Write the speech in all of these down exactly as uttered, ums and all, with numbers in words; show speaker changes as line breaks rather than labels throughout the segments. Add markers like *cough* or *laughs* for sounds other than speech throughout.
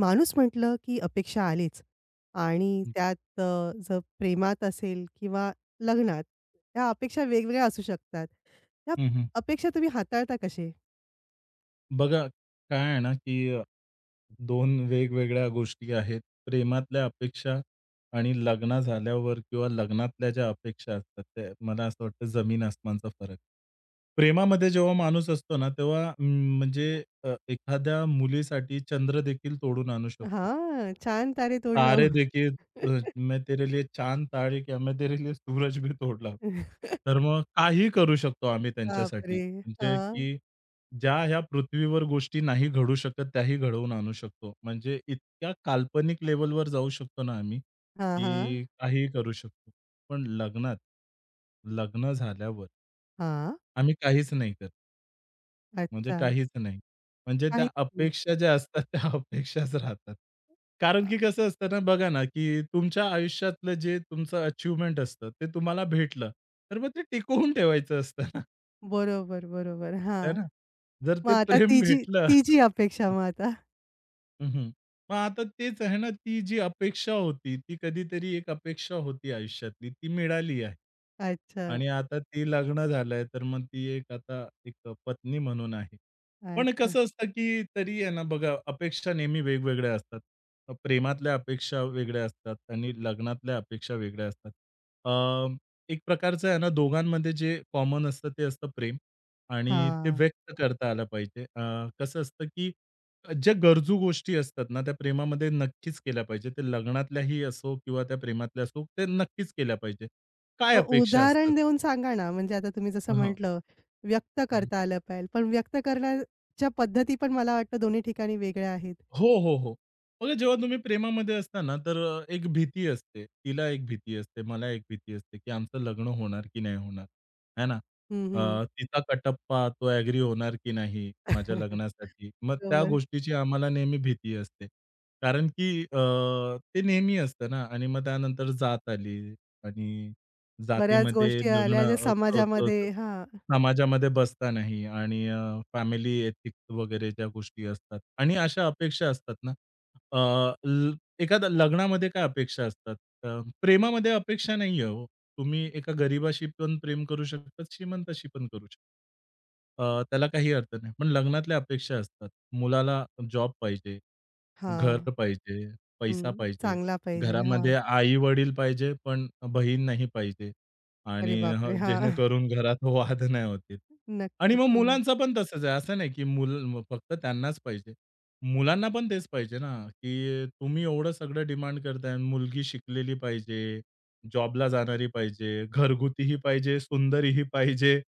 माणूस म्हटलं की अपेक्षा आलीच आणि
हं,
त्यात अ, जर प्रेमात असेल किंवा लग्नात त्या अपेक्षा वेगवेगळ्या असू शकतात. त्या
हं, हं.
अपेक्षा तुम्ही हाताळता कसे?
बघा, काय आहे ना, की अ, दोन वेगवेगळ्या गोष्टी आहेत. प्रेमातल्या अपेक्षा आणि लग्न झाल्यावर किंवा लग्नातल्या ज्या अपेक्षा असतात, त्या मला असं वाटतं जमीन आसमानचा फरक. प्रेमामध्ये जेव्हा माणूस असतो ना, तेव्हा अं, म्हणजे अ, एखाद्या मुलीसाठी चंद्र देखील तोडून आणू शकतो.
हां, छान तारे
तारे
तोडलं.
देखिए अ, मैं तेरे लिए चांद तारे क्या, मैं तेरे लिए सूरज भी तोडला.
*laughs*
तर मग काही करू शकतो आम्ही त्यांच्यासाठी.
बापरे!
म्हणजे
हां,
की ज्या ह्या पृथ्वीवर गोष्टी नाही घडू शकत, त्याही घडवून आणू शकतो. म्हणजे इतक्या काल्पनिक लेव्हलवर जाऊ शकतो ना आम्ही,
हां, हां,
की काहीही करू शकतो. पण लग्नात, लग्न झाल्यावर
हां.
आम्ही काहीच नाही करत. म्हणजे
अच्छा.
काहीच नाही. म्हणजे त्या
काहीच नाही.
अपेक्षा ज्या असतात त्या अपेक्षाच राहतात. कारण
अ,
की कसं असतं ना, बघा ना, की तुमच्या आयुष्यातलं जे तुमचं अचीव्हमेंट असतं, ते तुम्हाला भेटलं, तर मग ते टिकवून ठेवायचं असतं ना,
बरोबर, बरोबर. हां.
आहे ना? जर
मग
ते
आता
प्रेम
तिची
भेटलं
तिची अपेक्षा मग आता.
हं, हं. मग आता तेच आहे ना, ती जी अपेक्षा होती, ती कधीतरी एक अपेक्षा होती आयुष्यातली, ती मिळाली आहे.
अच्छा,
आणि आता ती लग्न झालंय, तर मग ती एक आता एक पत्नी म्हणून आहे. पण
अच्छा.
कसं असतं, की तरी आहे ना बघा, अपेक्षा नेहमी वेगवेगळ्या असतात. अ, प्रेमातल्या अपेक्षा वेगळ्या असतात आणि लग्नातल्या अपेक्षा वेगळ्या असतात. अ, एक प्रकारचं आहे ना, दोघांमध्ये जे कॉमन असतं, ते असतं प्रेम आणि ते
हां.
व्यक्त करता आलं पाहिजे. अ, कसं असतं, की ज्या गरजू गोष्टी असतात ना, त्या प्रेमामध्ये नक्कीच केल्या पाहिजे. ते लग्नातल्याही असो किंवा त्या प्रेमातल्या असो, ते नक्कीच केल्या पाहिजे. काय
अ,
अपेक्षा असतात?
उदाहरण देऊन सांगा ना, म्हणजे आता तुम्ही जसं
हं,
म्हटलं, व्यक्त करता आलं पाहिजे. पण व्यक्त करण्याच्या पद्धती पण मला वाटतं दोन्ही ठिकाणी वेगळ्या आहेत.
हो, हो, हो. बघा जेव्हा तुम्ही प्रेमामध्ये असता ना, तर अ, एक भीती असते. तिला एक भीती असते, मला एक भीती असते, की आमचं लग्न होणार की नाही होणार, आहे ना?
हं, हं.
अ, तिचा कटप्पा तो ॲग्री होणार की नाही माझ्या
*laughs*
लग्नासाठी. मग त्या
बरोबर.
गोष्टीची आम्हाला नेहमी भीती असते. कारण की अ, ते नेहमी असतं ना आणि मग त्यानंतर जात आली आणि
बऱ्याच
जातीमध्ये
गोष्टी
लग्न
आल्या ज्या
अ, क क क
समाजामध्ये हां,
समाजामध्ये बसता नाही आणि अ, फॅमिली एथिक्स वगैरे ज्या गोष्टी असतात आणि अशा अपेक्षा असतात ना, अ, ल एखाद्या लग्नामध्ये काय अपेक्षा असतात? अ, प्रेमामध्ये अपेक्षा नाहीये हो. तुम्ही एका गरीबाशी पण प्रेम करू शकतात, श्रीमंताशी पण करू शकता. अ, त्याला काही अर्थ नाही. पण लग्नातल्या अपेक्षा असतात. मुलाला जॉब पाहिजे,
हां.
घर पाहिजे,
हं.
पैसा पाहिजे.
चांगला पाहिजे.
घरामध्ये
हां.
आई-वडील पाहिजे, पण बहीण नाही पाहिजे आणि
अरे
हं,
बापरे! हां.
जेणेकरून घरात वाद नाही होतील. आणि
नक्कीच.
मग
हं.
मुलांचं पण तसंच आहे. असं नाही की मुलं फक्त त्यांनाच पाहिजे. मुलांना पण तेच पाहिजे ना, की तुम्ही एवढं सगळं डिमांड करताय. मुलगी शिकलेली पाहिजे, जॉबला जाणारी पाहिजे, घरगुतीही पाहिजे, सुंदरीही पाहिजे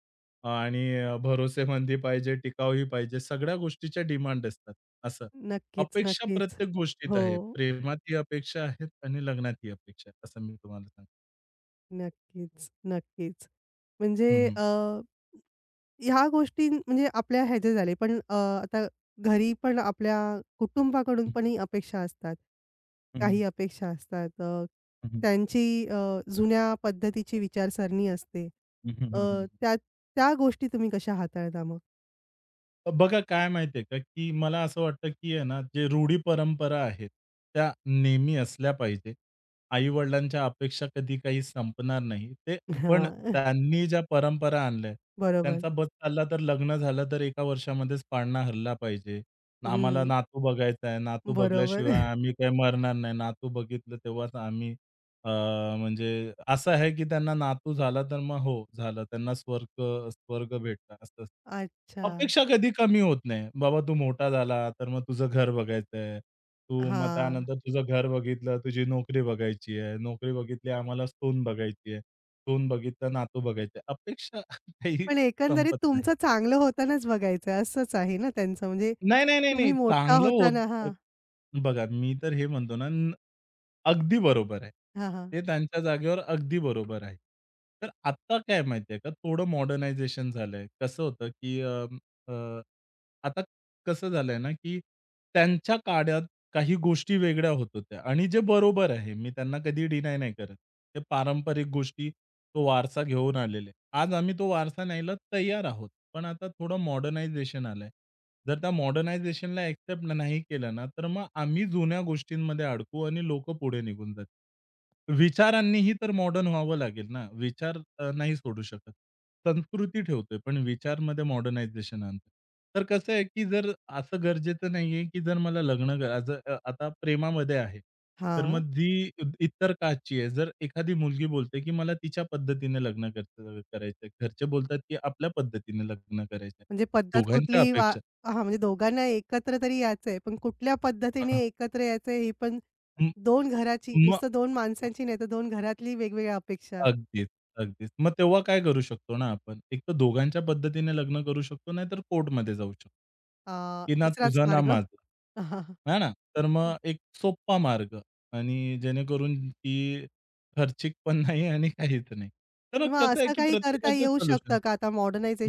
आणि भरोसेमंदी पाहिजे, टिकाऊही पाहिजे. सगळ्या गोष्टीच्या डिमांड असतात असं.
नक्कीच,
अपेक्षा
नक्कीच.
प्रत्येक गोष्टीत
हो.
आहे. प्रेमात ही अपेक्षा आहेत आणि लग्नात ही अपेक्षा आहे, असं मी तुम्हाला सांगेन.
नक्कीच, नक्कीच. म्हणजे
हं.
अ ह्या गोष्टी म्हणजे आपल्या ह्याचे झाले. पण अ, आता घरी पण आपल्या कुटुंबाकडून
हं,
पण
हं.
ही अपेक्षा असतात.
हं, हं.
काही अपेक्षा असतात. अ,
हं, हं.
त्यांची अ, जुन्या पद्धतीची विचारसरणी असते.
हं,
अ,
हं, हं.
त्या त्या गोष्टी तुम्ही कशा हाताळता मग? हां,
बघा काय माहिती आहे का, की मला असं वाटतं, की आहे ना, जे रूढी परंपरा आहेत, त्या नेहमी असल्या पाहिजे. आई-वडिलांच्या अपेक्षा कधी काही संपणार नाही. ते पण
*laughs*
त्यांनी ज्या परंपरा आणल्या आहेत,
बरोबर.
त्यांचा बस चालला तर लग्न झालं तर एक वर्षामध्येच पाळणा हरला पाहिजे. आम्हाला
हं,
नातू बघायचा आहे, नातू
बरोबर.
बघल्याशिवाय
*laughs*
आम्ही काही मरणार नाही, नातू बघितलं तेव्हाच आम्ही अ, म्हणजे असं आहे, की त्यांना नातू झाला, तर मग हो, झालं. त्यांना स्वर्ग स्वर्ग भेटला असं असतं.
अच्छा.
अपेक्षा कधी कमी होत नाही. बाबा तू मोठा झाला, तर मग तुझं घर बघायचं आहे. तू मग
हां.
त्यानंतर तुझं घर बघितलं, तुझी नोकरी बघायची आहे. नोकरी बघितली, आम्हाला सून बघायची आहे. सून बघितलं, नातू बघायचं अपेक्षा *laughs* काही
पण एकंदरीत
संपत नाही.
तुमचं चांगलं होतानाच बघायचं असंच आहे ना त्यांचं म्हणजे
नाही, नाही, नाही, नाही.
तुम्ही मोठा
चांगलं
होताना
होतं.
हां.
बघा, मी तर हे म्हणतो ना, न अगदी बरोबर आहे.
हां, हां.
ते त्यांच्या जागेवर अगदी बरोबर आहे. तर आत्ता काय माहिती का, थोडं मॉडर्नायझेशन झालंय. कसं होतं, की अ, अ, आता कसं झालंय ना, की त्यांच्या काळात काही गोष्टी वेगळ्या होत होत्या आणि जे बरोबर आहे. मी त्यांना कधी डिनाय नाही करत. ते पारंपरिक गोष्टी, तो वारसा घेऊन आलेले. आज आम्ही तो वारसा न्यायला तयार आहोत. पण आता थोडं मॉडर्नायझेशन आलंय. जर त्या मॉडर्नायझेशनला एक्सेप्ट नाही केलं ना, तर मग आम्ही जुन्या गोष्टींमध्ये अडकू आणि लोकं पुढे निघून जातील. विचारांनीही तर मॉडर्न व्हावं लागेल ना. विचार अ, नाही सोडू शकत. संस्कृती ठेवतोय, पण विचारमध्ये मॉडर्नायझेशन आणतोय. तर कसं आहे, की जर असं गरजेचं नाहीये, की जर मला लग्न करायचं अ, आता प्रेमामध्ये आहे. तर
हां.
मग जी इतर काची आहे, जर एखादी मुलगी बोलते, की मला तिच्या पद्धतीने लग्न करायचं करायचंय. घरचे बोलतात, की आपल्या पद्धतीने लग्न करायचंय.
म्हणजे पद्धत
दोघांच्या
कुठली वा
अपेक्षा
हां, म्हणजे दोघांना एकत्र तरी यायचंय, पण कुठल्या पद्धतीने
हां.
एकत्र यायचंय ही पण दोन घराची
म
नुसतं दोन माणसांची नाही तर दोन घरातली वेगवेगळ्या अपेक्षा.
अगदीच, अगदीच. मग तेव्हा काय करू शकतो ना आपण? एक तर दोघांच्या पद्धतीने लग्न करू शकतो, नाहीतर कोर्टमध्ये जाऊ शकतो,
अ,
की ना
तिसराच
तुझा ना
मार्ग.
माझा. आहे
*laughs*
ना? तर मग एक सोपा मार्ग आणि जेणेकरून की खर्चिक पण नाही आणि काहीच नाही. तर मग
किंवा
कसं आहे
असं
की
काही करता
प्रत्येकाचं
येऊ
सोल्युशन
शकतं का? आता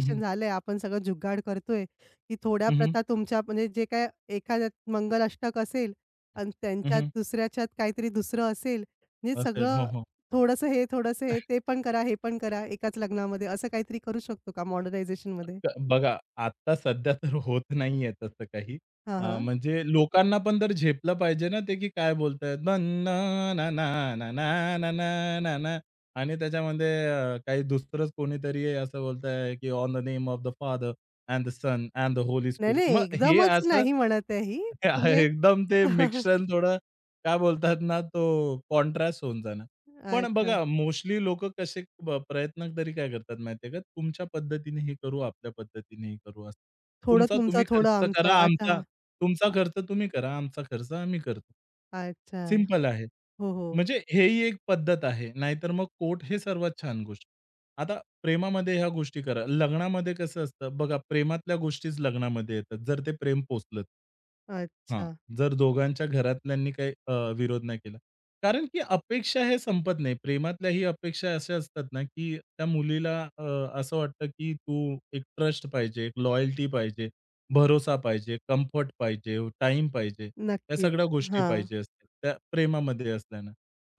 हं, हं.
झालंय, आपण सगळं जुगाड करतोय, की थोड्या
हं, हं.
प्रथा तुमच्या म्हणजे जे काय एखाद्यात मंगलाष्टक असेल आणि
हं,
त्यांच्यात
हं.
दुसऱ्याच्यात काहीतरी दुसरं असेल, म्हणजे
असेल. हो,
सगळं
हो.
थोडंसं हे, थोडंसं हे, ते पण करा, हे पण करा एकाच लग्नामध्ये असं काहीतरी करू शकतो का मॉडर्नायझेशनमध्ये?
फक्त बघा, आता सध्या तर होत नाहीये तसं काही.
हां,
अ,
हां.
म्हणजे लोकांना पण तर झेपलं पाहिजे ना ते, की काय बोलतायत ना, ना, ना, ना, ना, ना, ना, ना, ना ना. आणि त्याच्यामध्ये अ, काही दुसरंच कोणीतरी आहे असं बोलतंय, की "on the name of the father and the son and the holy
नाही,
स्पिरिट."
नाही
मग हे
एकदमच
असं
नाही म्हणत आहे ही.
*laughs* हे
म्हणजे
एकदम ते
*laughs*
मिश्रण थोडं काय बोलतात ना, तो कॉन्ट्रास्ट होऊन जाणार. पण
अच्छा.
बघा, मोस्टली लोकं कसे ब प्रयत्न तरी काय करतात माहिती आहे का? तुमच्या पद्धतीने हे करू, आपल्या पद्धतीने हे करू असं.
थोडं
तुमचा
तुमचं,
तुम्ही
थोडं
खर्च करा,
आमचं.
आमचा
अच्छा.
तुमचा खर्च तुम्ही करा, आमचा खर्च आम्ही करतो.
अच्छा.
सिंपल आहे.
हो, हो.
म्हणजे हेही एक पद्धत आहे. नाहीतर मग कोर्ट हे सर्वात छान गोष्ट. आता प्रेमामध्ये ह्या गोष्टी करा. लग्नामध्ये कसं असतं बघा, प्रेमातल्या गोष्टीच लग्नामध्ये येतात, जर ते प्रेम पोचलं
अच्छा.
जर दोघांच्या घरातल्यांनी काही अ, विरोध नाही केला. कारण की अपेक्षा हे संपत नाही. प्रेमातल्याही अपेक्षा अशा असतात ना, की त्या मुलीला अ, असं वाटतं, की तू एक ट्रस्ट पाहिजे, एक लॉयल्टी पाहिजे, भरोसा पाहिजे, कम्फर्ट पाहिजे, टाइम पाहिजे. या
नक्कीच.
सगळ्या गोष्टी
हां.
पाहिजे असतात. त्या प्रेमामध्ये असल्यानं.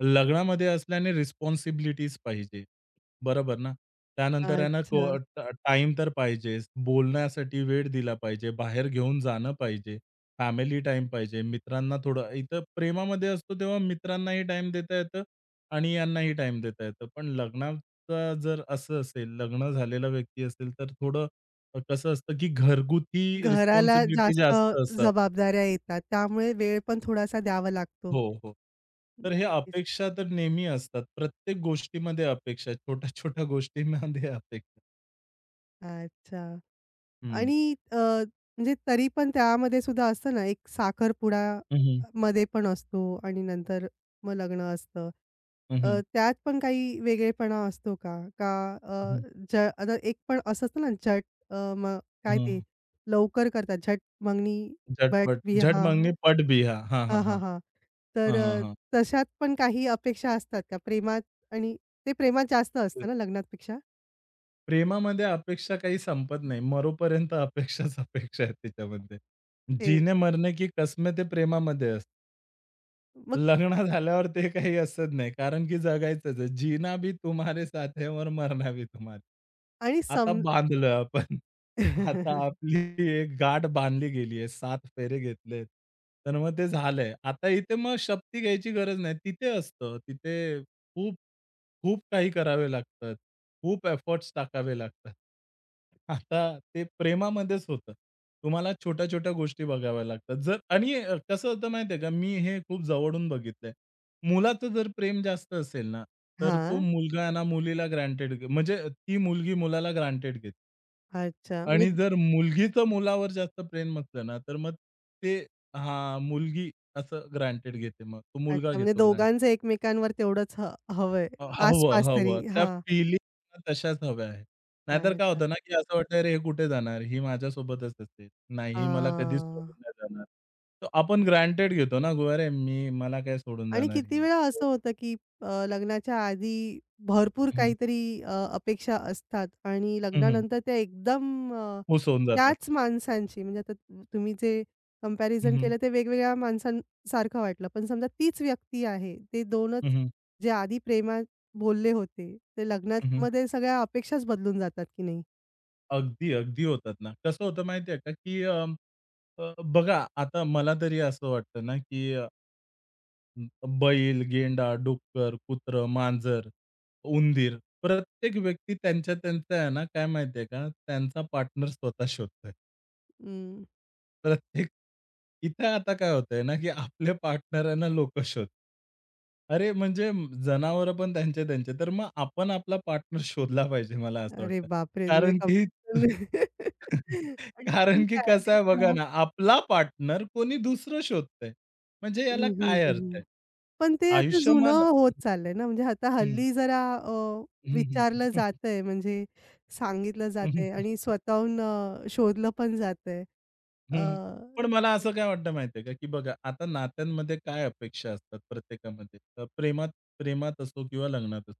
लग्नामध्ये असल्याने रिस्पॉन्सिबिलिटीज पाहिजे. बरोबर ना? त्यानंतर यांना को
अच्छा.
तर पाहिजेच. बोलण्यासाठी वेळ दिला पाहिजे. बाहेर घेऊन जाणं पाहिजे. फॅमिली टाइम पाहिजे, मित्रांना थोडं इथं प्रेमामध्ये असतो तेव्हा मित्रांनाही टाइम देता येतं आणि यांनाही टाईम देता येतं. पण लग्नाचा जर असं असेल, लग्न झालेला व्यक्ती असेल, तर थोडं अ, कसं असतं की घरगुती
घराला
रिस्पॉन्सिबिलिटी
जास्त
जास्त असतात.
जबाबदाऱ्या येतात. त्यामुळे वेळ पण थोडासा द्यावा लागतो.
हो, हो. तर हे
नक्कीच.
अपेक्षा तर नेहमी असतात. प्रत्येक गोष्टीमध्ये अपेक्षा, छोट्या-छोट्या गोष्टींमध्ये अपेक्षा.
अच्छा.
हं.
आणि अ, म्हणजे तरी पण त्यामध्ये सुद्धा असतं ना, एक साखरपुडा
हं, हं.
मध्ये पण असतो आणि नंतर मग लग्न असतं.
हं,
अ,
हं.
त्यात पण काही वेगळेपणा असतो का? का अ, ज आता एक पण असं असतं ना, झट अ, मग काय ते लवकर करतात. झट मंगनी बट
झटपट, झट मांगनी
विवाह.
पट भी. हा हां, हां,
हां, हां,
हां.
हां. तर
हां,
अ,
हां,
तशात पण काही अपेक्षा असतात का प्रेमात आणि ते प्रेमात जास्त असतं ना लग्नापेक्षा?
प्रेमामध्ये अपेक्षा काही संपत नाही. मरोपर्यंत अपेक्षाच अपेक्षा आहेत त्याच्यामध्ये.
ते
जीने मरने की कसमें ते प्रेमामध्ये असतं.
मग
लग्न झाल्यावर ते काही असत नाही. कारण की जगायचंच आहे. जीना भी तुम्हारे साथ है और मरना भी तुम्हारे
आणि
आता
सम
बांधलं आपण. आता
*laughs*
आपली एक गाठ बांधली गेली आहे. सात फेरे घेतलेत. तर मग ते झालंय. आता इथे मग शपथी घ्यायची गरज नाही. तिथे असतं. तिथे खूप, खूप काही करावे लागतात. खूप एफर्ट्स टाकावे लागतात. आता ते प्रेमामध्येच होतं. तुम्हाला छोट्या-छोट्या गोष्टी बघाव्या लागतात. जर आणि अ, कसं होतं माहिती आहे का, मी हे खूप जवळून बघितलंय. मुलाचं जर प्रेम जास्त असेल ना, तर तो
हां.
मुलगा आहे ना मुलीला ग्रांटेड घे म्हणजे ती मुलगी मुलाला ग्रांटेड घेते.
अच्छा. म्हणजे
आणि जर मुलगीचं मुलावर जास्त प्रेम असलं ना, तर मग ते हां, मुलगी असं ग्रांटेड घेते मग. तो मुलगा
अच्छा. म्हणजे
घेतो
दोघांचं एकमेकांवर तेवढंच ह हवंय.
अ, हवं,
आसपास तरी.
हवं. त्या
हां.
फिलिंग तशाच हव्या आहेत. नाहीतर काय
अच्छा.
होतं ना, की असं वाटतं अरे हे कुठे जाणार? ही माझ्यासोबतच असते. नाही ही मला कधीच सोडून
आह.
नाही जाणार. तर आपण ग्रँटेड घेतो ना, की अरे मी मला काय सोडून
आणि
जाणार
किती
ही?
वेळा असं होतं, की अ, लग्नाच्या आधी भरपूर
हं,
काहीतरी अ, अपेक्षा असतात आणि
हं,
लग्नानंतर त्या एकदम अ,
खुश होऊन जातात.
त्याच माणसांची म्हणजे आता तु- तुम्ही जे
हं,
कंपॅरिझन
हं.
केलं ते वेगवेगळ्या माणसांसारखं वाटलं. पण समजा तीच व्यक्ती आहे. ते 2च
हं,
जे आधी प्रेमात बोलले होते, ते लग्नामध्ये सगळ्या अपेक्षाच बदलून जातात की नाही?
अगदी, अगदी होतात ना. कसं होतं माहिती आहे का, की अ, अ, बघा आता मला तरी असं वाटतं ना, की बैल, गेंडा, डुक्कर, कुत्र, मांजर, उंदीर. प्रत्येक व्यक्ती त्यांच्या त्यांचा आहे ना, काय माहिती का, त्यांचा पार्टनर स्वतः शोधतोय.
अं,
प्रत्येक *laughs* इथे आता काय होतंय ना, की आपल्या पार्टनरांना लोकं शोधतात. अरे, म्हणजे जनावरं पण त्यांचे त्यांचे. तर मग आपण आपला पार्टनर शोधला पाहिजे मला असं
अरे
वाटतं.
बापरे! म्हणजे
कारण की
कंपॅरिझन *laughs*
*laughs*
पण
कारण
ठीक
की कसं
आहे.
आहे बघा
हां.
ना, आपला पार्टनर कोणी दुसरं शोधतंय. म्हणजे याला
हं, हं,
काय
हं,
अर्थ
हं.
आहे?
पण ते आता
आयुष्य मला
जुनं होत चाललंय ना, म्हणजे आता
हं,
हल्ली जरा अ,
हं,
विचारलं जातंय म्हणजे सांगितलं
हं.
जातंय आणि स्वतःहून अ, शोधलं पण जातंय. अ
हं, हं. पण मला असं काय वाटतं माहिती का, की बघा आता नात्यांमध्ये काय अपेक्षा असतात प्रत्येकामध्ये. अ, प्रेमात प्रेमात असो किंवा लग्नात असो.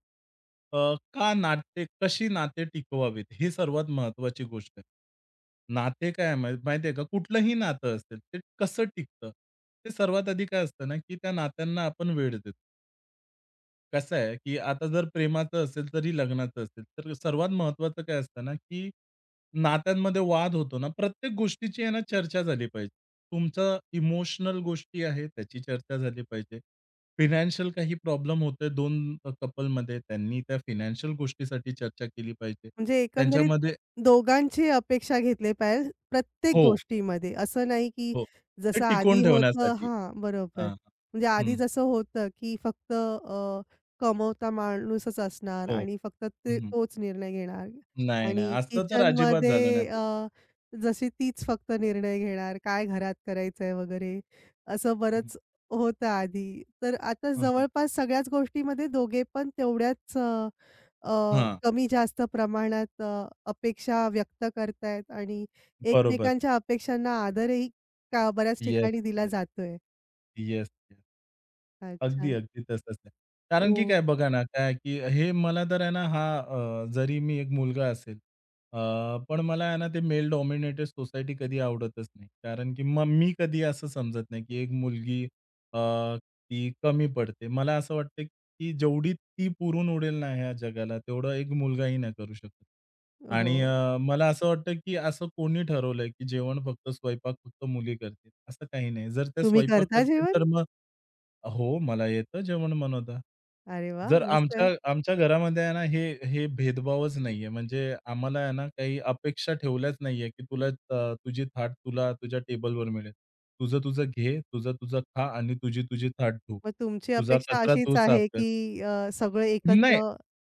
अ, का नाते कशी नाते टिकवावीत ही सर्वात महत्त्वाची गोष्ट आहे. नाते काय आहे मा माहिती का, कुठलंही नातं असेल, ते कसं टिकतं? ते सर्वात आधी काय असतं ना, की त्या नात्यांना आपण वेळ देतो. कसं आहे, की आता जर प्रेमाचं असेल तरी लग्नाचं असेल, तर सर्वात महत्त्वाचं काय असतं ना, की नात्यांमध्ये वाद होतो ना, प्रत्येक गोष्टीची आहे ना चर्चा झाली पाहिजे. तुमचं इमोशनल गोष्टी आहे, त्याची चर्चा झाली पाहिजे. फायनान्शियल काही प्रॉब्लेम होते दोन अ, कपलमध्ये, त्यांनी त्या फायनान्शियल गोष्टीसाठी चर्चा केली पाहिजे.
म्हणजे एकंदरीत
त्यांच्यामध्ये
दोघांची अपेक्षा घेतली पाहिजे प्रत्येक
हो,
गोष्टीमध्ये. असं नाही की
हो. ते
जसं
टिकवून
आधी होतं
ठेवण्यासाठी.
हां, बरोबर.
हां,
म्हणजे आधी
हं.
जसं होतं की फक्त अ, कमवता माणूसच असणार
हो.
आणि फक्त ते
हं,
तोच निर्णय घेणार
नाही,
आणि
नाही. असं तर अजिबात झालं नाही
किचनमध्ये
पाहिजे.
अ, जशी तीच फक्त निर्णय घेणार, काय घरात करायचंय वगैरे असं बरंच होतं आधी. तर आता
हं, हं.
जवळपास सगळ्याच गोष्टीमध्ये दोघे पण तेवढ्याच अ अ,
हां, हां.
कमी जास्त प्रमाणात अ, अपेक्षा व्यक्त करतायत आणि
बरोबर.
एकमेकांच्या अपेक्षांना आदरही का बऱ्याच
येस,
ठिकाणी दिला
येस,
जातोय.
Yes, yes. अगदी,
अच्छा.
अगदी तसंच आहे. कारण
ओ
की काय बघा ना, काय की हे मला तर आहे ना, हा अ, जरी मी एक मुलगा असेल, अ, पण मला आहे ना, ते मेल डॉमिनेटेड सोसायटी कधी आवडतच नाही. कारण की मग मी कधी असं समजत नाही, की एक मुलगी अ, ती कमी पडते. मला असं वाटतं, की जेवढी ती पुरून उडेल ना ह्या जगाला, तेवढं एक मुलगाही नाही करू शकत.
हो.
आणि अ, मला असं वाटतं, की असं कोणी ठरवलंय, की जेवण फक्त स्वयंपाक फक्त मुली करतील, असं काही नाही. जर त्या
तुम्ही
स्वयंपाक
करता
करतील, तर
जेवण?
मग हो, मला येतं जेवण बनवता.
अरे वाह!
जर
मस्त
आमच्या
आहे.
आमच्या घरामध्ये आहे ना, हे हे भेदभावच नाहीये. म्हणजे आम्हाला आहे ना, काही अपेक्षा ठेवल्याच नाहीये, की तुला अ, तुझी थाट तुला तुझ्या टेबलवर मिळेल. तुझं तुझं घे, तुझं तुझं खा आणि तुझी तुझी थाट धू.
मग तुमची
तुझा
अपेक्षा
कचरा तू
अशीच
साफ
आहे,
कर.
की अ, सगळे एकत्र
नाही,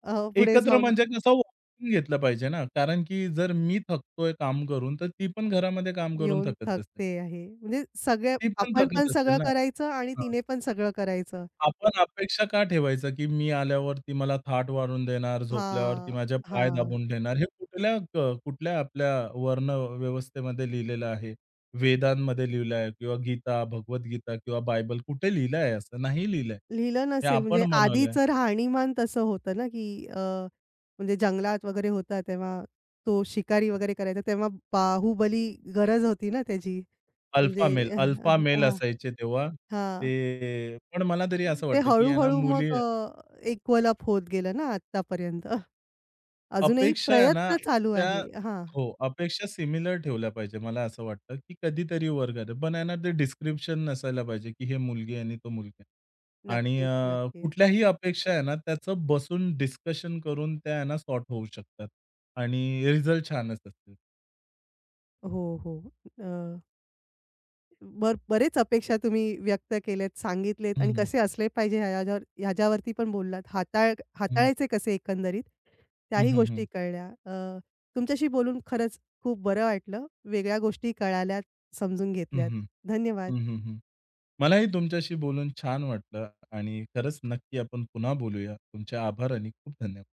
अ, पुढे
एकत्र
जाऊन
म्हणजे कसं वाटून घेतलं पाहिजे ना, कारण की जर मी थकतोय काम करून, तर ती पण घरामध्ये काम करून
येऊन
थकत असते.
थकते आहे. म्हणजे सगळे
ती पण
आपण पण
थकत असेल
सगळं
ना.
करायचं आणि तिने पण सगळं करायचं.
आपण अपेक्षा का ठेवायचं, की मी आल्यावर ती मला थाट वाढून देणार, झोपल्यावर ती
हां,
माझ्या पाय
हां.
दाबून देणार. हे कुठल्या अ, कुठल्या आपल्या वर्णव्यवस्थेमध्ये लिहिलेलं आहे? वेदांमध्ये लिहिलं आहे किंवा गीता, भगवद्गीता किंवा बायबल कुठे लिहिलं आहे असं? नाही लिहिलं
लिहिलं
हे
नसेल म्हणजे
आपण बनवलं
आधीचं राहणीमान तसं होतं ना, की अ, म्हणजे जंगलात वगैरे होता तेव्हा तो शिकारी वगैरे करायचा तेव्हा बाहुबली गरज होती ना त्याची. म्हणजे
अल्फा मेल, अल्फा
*laughs*
मेल
हां,
असायचे तेव्हा.
हां.
ते पण मला तरी असं
ते
वाटतं, की आहे ना
हळू मग
मुली
अ, इक्वल अप होत गेलं ना आत्तापर्यंत. अजूनही
अपेक्षा आहे ना,
प्रयत्न चालू
त्या
आहे. हां.
हो, अपेक्षा सिमिलर ठेवल्या पाहिजे. मला असं वाटतं, की कधीतरी वर करा. पण आहे ना, ते डिस्क्रिप्शन नसायला पाहिजे, की हे मुलगी आहे आणि तो मुलगा आहे. आणि
नक्कीच,
अ,
नक्कीच.
कुठल्याही अपेक्षा आहे ना, त्याचं बसून डिस्कशन करून त्या आहे ना, सॉर्ट होऊ शकतात. आणि रिझल्ट छानच असतील.
हो, हो. अ बर बरेच अपेक्षा तुम्ही व्यक्त केल्यात, सांगितलेत
हं,
आणि
हं.
कसे असले पाहिजे ह्याच्यावर ह्याच्यावरती पण बोललात. हाताळ
हं.
हाताळायचे कसे एकंदरीत
हं,
त्याही
हं, हं.
गोष्टी कळल्या. अ, तुमच्याशी बोलून खरंच खूप बरं वाटलं. वेगळ्या गोष्टी कळाल्यात, समजून
हं,
घेतल्यात.
हं.
धन्यवाद.
मलाही तुमच्याशी बोलून छान वाटलं आणि खरंच नक्की आपण पुन्हा बोलूया. तुमचे आभार आणि खूप धन्यवाद.